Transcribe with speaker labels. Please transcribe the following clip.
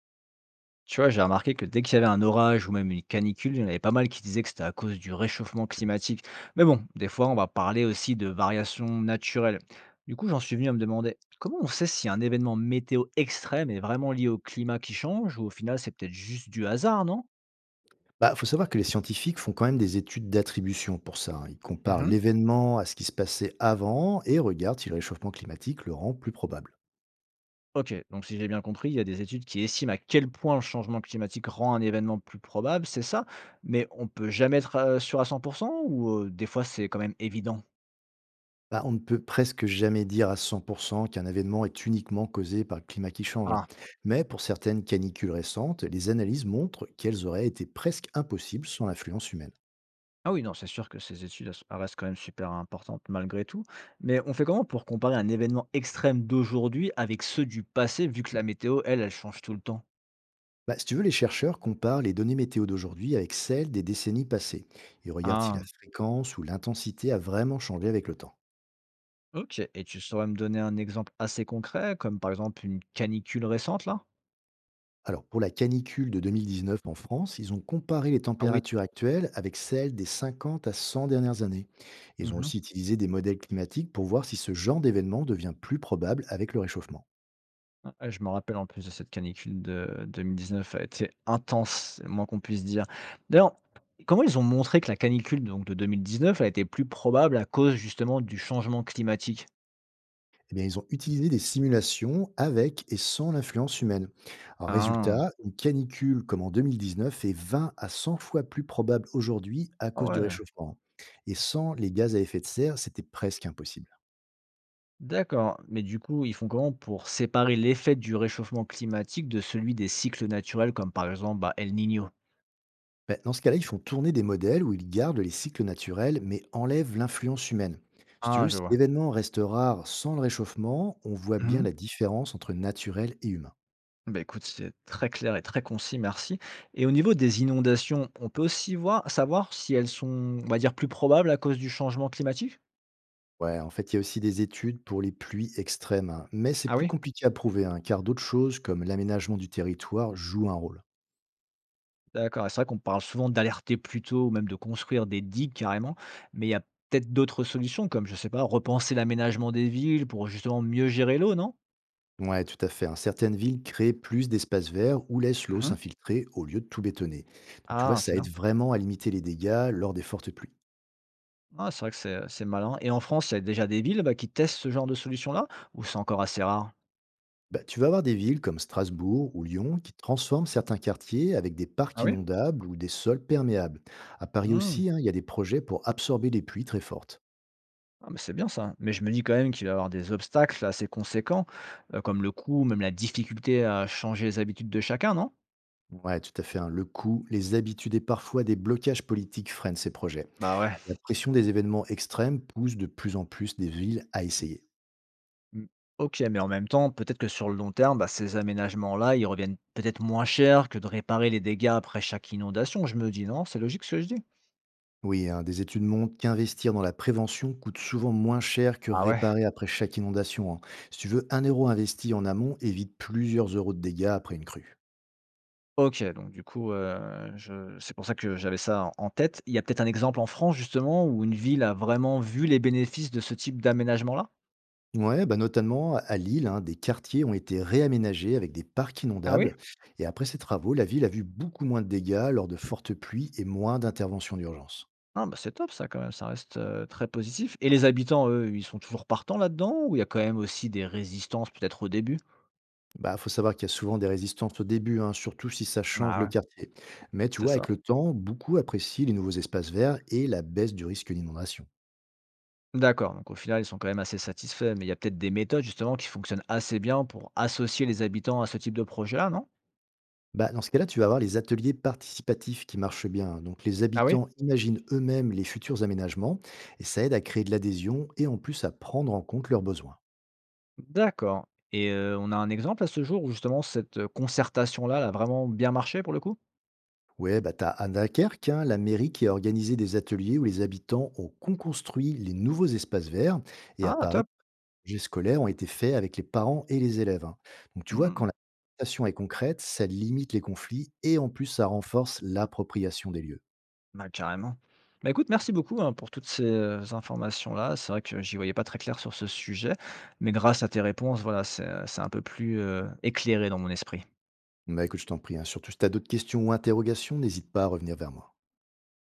Speaker 1: Tu vois, j'ai remarqué que dès qu'il y avait un orage ou même une canicule, il y en avait pas mal qui disaient que c'était à cause du réchauffement climatique. Mais bon, des fois, on va parler aussi de variations naturelles. Du coup, j'en suis venu à me demander comment on sait si un événement météo extrême est vraiment lié au climat qui change ou au final, c'est peut-être juste du hasard, non.
Speaker 2: Bah, faut savoir que les scientifiques font quand même des études d'attribution pour ça, hein. Ils comparent
Speaker 1: Mhm.
Speaker 2: l'événement à ce qui se passait avant et regardent si le réchauffement climatique le rend plus probable.
Speaker 1: Ok, donc si j'ai bien compris, il y a des études qui estiment à quel point le changement climatique rend un événement plus probable, c'est ça, mais on peut jamais être sûr à 100% ou des fois c'est quand même évident.
Speaker 2: Bah, on ne peut presque jamais dire à 100% qu'un événement est uniquement causé par le climat qui change, hein. Mais pour certaines canicules récentes, les analyses montrent qu'elles auraient été presque impossibles sans l'influence humaine.
Speaker 1: Ah oui, non, c'est sûr que ces études, elles restent quand même super importantes malgré tout. Mais on fait comment pour comparer un événement extrême d'aujourd'hui avec ceux du passé, vu que la météo, elle, elle change tout le temps?
Speaker 2: Bah, si tu veux, les chercheurs comparent les données météo d'aujourd'hui avec celles des décennies passées. Ils regardent si la
Speaker 1: Ah,
Speaker 2: fréquence ou l'intensité a vraiment changé avec le temps.
Speaker 1: ok. Et tu saurais me donner un exemple assez concret, comme par exemple une canicule récente, là?
Speaker 2: Alors, pour la canicule de 2019 en France, ils ont comparé les
Speaker 1: Ah oui.
Speaker 2: températures actuelles avec celles des 50 à 100 dernières années. Ils ont
Speaker 1: Mmh.
Speaker 2: aussi utilisé des modèles climatiques pour voir si ce genre d'événement devient plus probable avec le réchauffement.
Speaker 1: Ah, je me rappelle en plus de cette canicule de 2019, elle a été intense, c'est le moins qu'on puisse dire. D'ailleurs, comment ils ont montré que la canicule donc de 2019 elle a été plus probable à cause justement du changement climatique?
Speaker 2: Eh bien, ils ont utilisé des simulations avec et sans l'influence humaine. Alors,
Speaker 1: Ah,
Speaker 2: résultat, une canicule comme en 2019 est 20 à 100 fois plus probable aujourd'hui à
Speaker 1: ah
Speaker 2: cause du
Speaker 1: ouais.
Speaker 2: réchauffement. Et sans les gaz à effet de serre, c'était presque impossible.
Speaker 1: D'accord, mais du coup, ils font comment pour séparer l'effet du réchauffement climatique de celui des cycles naturels comme par exemple, bah, El Niño?
Speaker 2: Ben, dans ce cas-là, ils font tourner des modèles où ils gardent les cycles naturels, mais enlèvent l'influence humaine. Si tu
Speaker 1: Ah,
Speaker 2: veux,
Speaker 1: je
Speaker 2: si
Speaker 1: vois.
Speaker 2: l'événement reste rare sans le réchauffement, on voit bien
Speaker 1: Mmh.
Speaker 2: la différence entre naturel et humain.
Speaker 1: Bah, écoute, c'est très clair et très concis, merci. Et au niveau des inondations, on peut aussi voir, savoir si elles sont, on va dire, plus probables à cause du changement climatique?
Speaker 2: Ouais, en fait, il y a aussi des études pour les pluies extrêmes, hein, mais c'est
Speaker 1: Ah
Speaker 2: plus
Speaker 1: oui?
Speaker 2: compliqué à prouver, hein, car d'autres choses, comme l'aménagement du territoire, jouent un rôle.
Speaker 1: D'accord, et c'est vrai qu'on parle souvent d'alerter plus tôt ou même de construire des digues carrément, mais il y a peut-être d'autres solutions comme, je sais pas, repenser l'aménagement des villes pour justement mieux gérer l'eau, non?
Speaker 2: Ouais, tout à fait, hein. Certaines villes créent plus d'espaces verts ou laissent l'eau
Speaker 1: Mhm.
Speaker 2: s'infiltrer au lieu de tout bétonner. Donc, tu vois,
Speaker 1: Ah, c'est
Speaker 2: ça aide
Speaker 1: bien.
Speaker 2: vraiment à limiter les dégâts lors des fortes pluies.
Speaker 1: Ah, c'est vrai que c'est malin et en France, il y a déjà des villes, bah, qui testent ce genre de solution-là? Ou c'est encore assez rare?
Speaker 2: Bah, tu vas avoir des villes comme Strasbourg ou Lyon qui transforment certains quartiers avec des parcs
Speaker 1: Ah oui?
Speaker 2: inondables ou des sols perméables. À Paris
Speaker 1: Mmh.
Speaker 2: aussi, hein, il y a des projets pour absorber les pluies très fortes.
Speaker 1: Ah, mais c'est bien ça. Mais je me dis quand même qu'il va y avoir des obstacles assez conséquents, comme le coût, même la difficulté à changer les habitudes de chacun, non?
Speaker 2: Ouais, tout à fait, hein. Le coût, les habitudes et parfois des blocages politiques freinent ces projets.
Speaker 1: Bah, ouais.
Speaker 2: La pression des événements extrêmes pousse de plus en plus des villes à essayer.
Speaker 1: Mmh. OK, mais en même temps, peut-être que sur le long terme, bah, ces aménagements-là, ils reviennent peut-être moins cher que de réparer les dégâts après chaque inondation, je me dis, non? C'est logique ce que je dis?
Speaker 2: Oui, hein, des études montrent qu'investir dans la prévention coûte souvent moins cher que
Speaker 1: Ah ouais.
Speaker 2: réparer après chaque inondation, hein. Si tu veux, un euro investi en amont évite plusieurs euros de dégâts après une crue.
Speaker 1: OK, donc du coup, je c'est pour ça que j'avais ça en tête. Il y a peut-être un exemple en France justement où une ville a vraiment vu les bénéfices de ce type d'aménagement-là?
Speaker 2: Ouais, bah notamment à Lille, hein, des quartiers ont été réaménagés avec des parcs
Speaker 1: Ah oui?
Speaker 2: inondables. Et après ces travaux, la ville a vu beaucoup moins de dégâts lors de fortes pluies et moins d'interventions d'urgence.
Speaker 1: Ah bah, c'est top ça quand même, très positif et les habitants, eux, ils sont toujours partants là-dedans ou il y a quand même aussi des résistances peut-être au début?
Speaker 2: Bah, faut savoir qu'il y a souvent des résistances au début, hein, surtout si ça change
Speaker 1: Ah
Speaker 2: le
Speaker 1: ouais.
Speaker 2: quartier. Mais tu
Speaker 1: C'est
Speaker 2: vois, avec
Speaker 1: ça.
Speaker 2: le temps, beaucoup apprécient les nouveaux espaces verts et la baisse du risque d'inondation.
Speaker 1: D'accord, donc au final, ils sont quand même assez satisfaits, mais il y a peut-être des méthodes justement qui fonctionnent assez bien pour associer les habitants à ce type de projet-là, non?
Speaker 2: Bah, dans ce cas-là, tu vas avoir les ateliers participatifs qui marchent bien. Donc les
Speaker 1: Ah oui?
Speaker 2: habitants imaginent eux-mêmes les futurs aménagements et ça aide à créer de l'adhésion et en plus à prendre en compte leurs besoins.
Speaker 1: D'accord on a un exemple à ce jour où justement cette concertation-là, elle a vraiment bien marché pour le coup?
Speaker 2: Ouais, bah t'as à Dunkerque, hein, la mairie qui a organisé des ateliers où les habitants ont construit les nouveaux espaces verts. Et à
Speaker 1: Ah
Speaker 2: Paris,
Speaker 1: top!
Speaker 2: les projets scolaires ont été faits avec les parents et les élèves, hein. Donc tu vois,
Speaker 1: Mmh.
Speaker 2: quand la participation est concrète, ça limite les conflits et en plus ça renforce l'appropriation des lieux.
Speaker 1: Bah, carrément. Bah, écoute, merci beaucoup, hein, pour toutes ces informations-là. C'est vrai que j'y voyais pas très clair sur ce sujet, mais grâce à tes réponses, voilà, c'est un peu plus éclairé dans mon esprit.
Speaker 2: Bah écoute, je t'en prie, hein, surtout si t'as d'autres questions ou interrogations, n'hésite pas à revenir vers moi.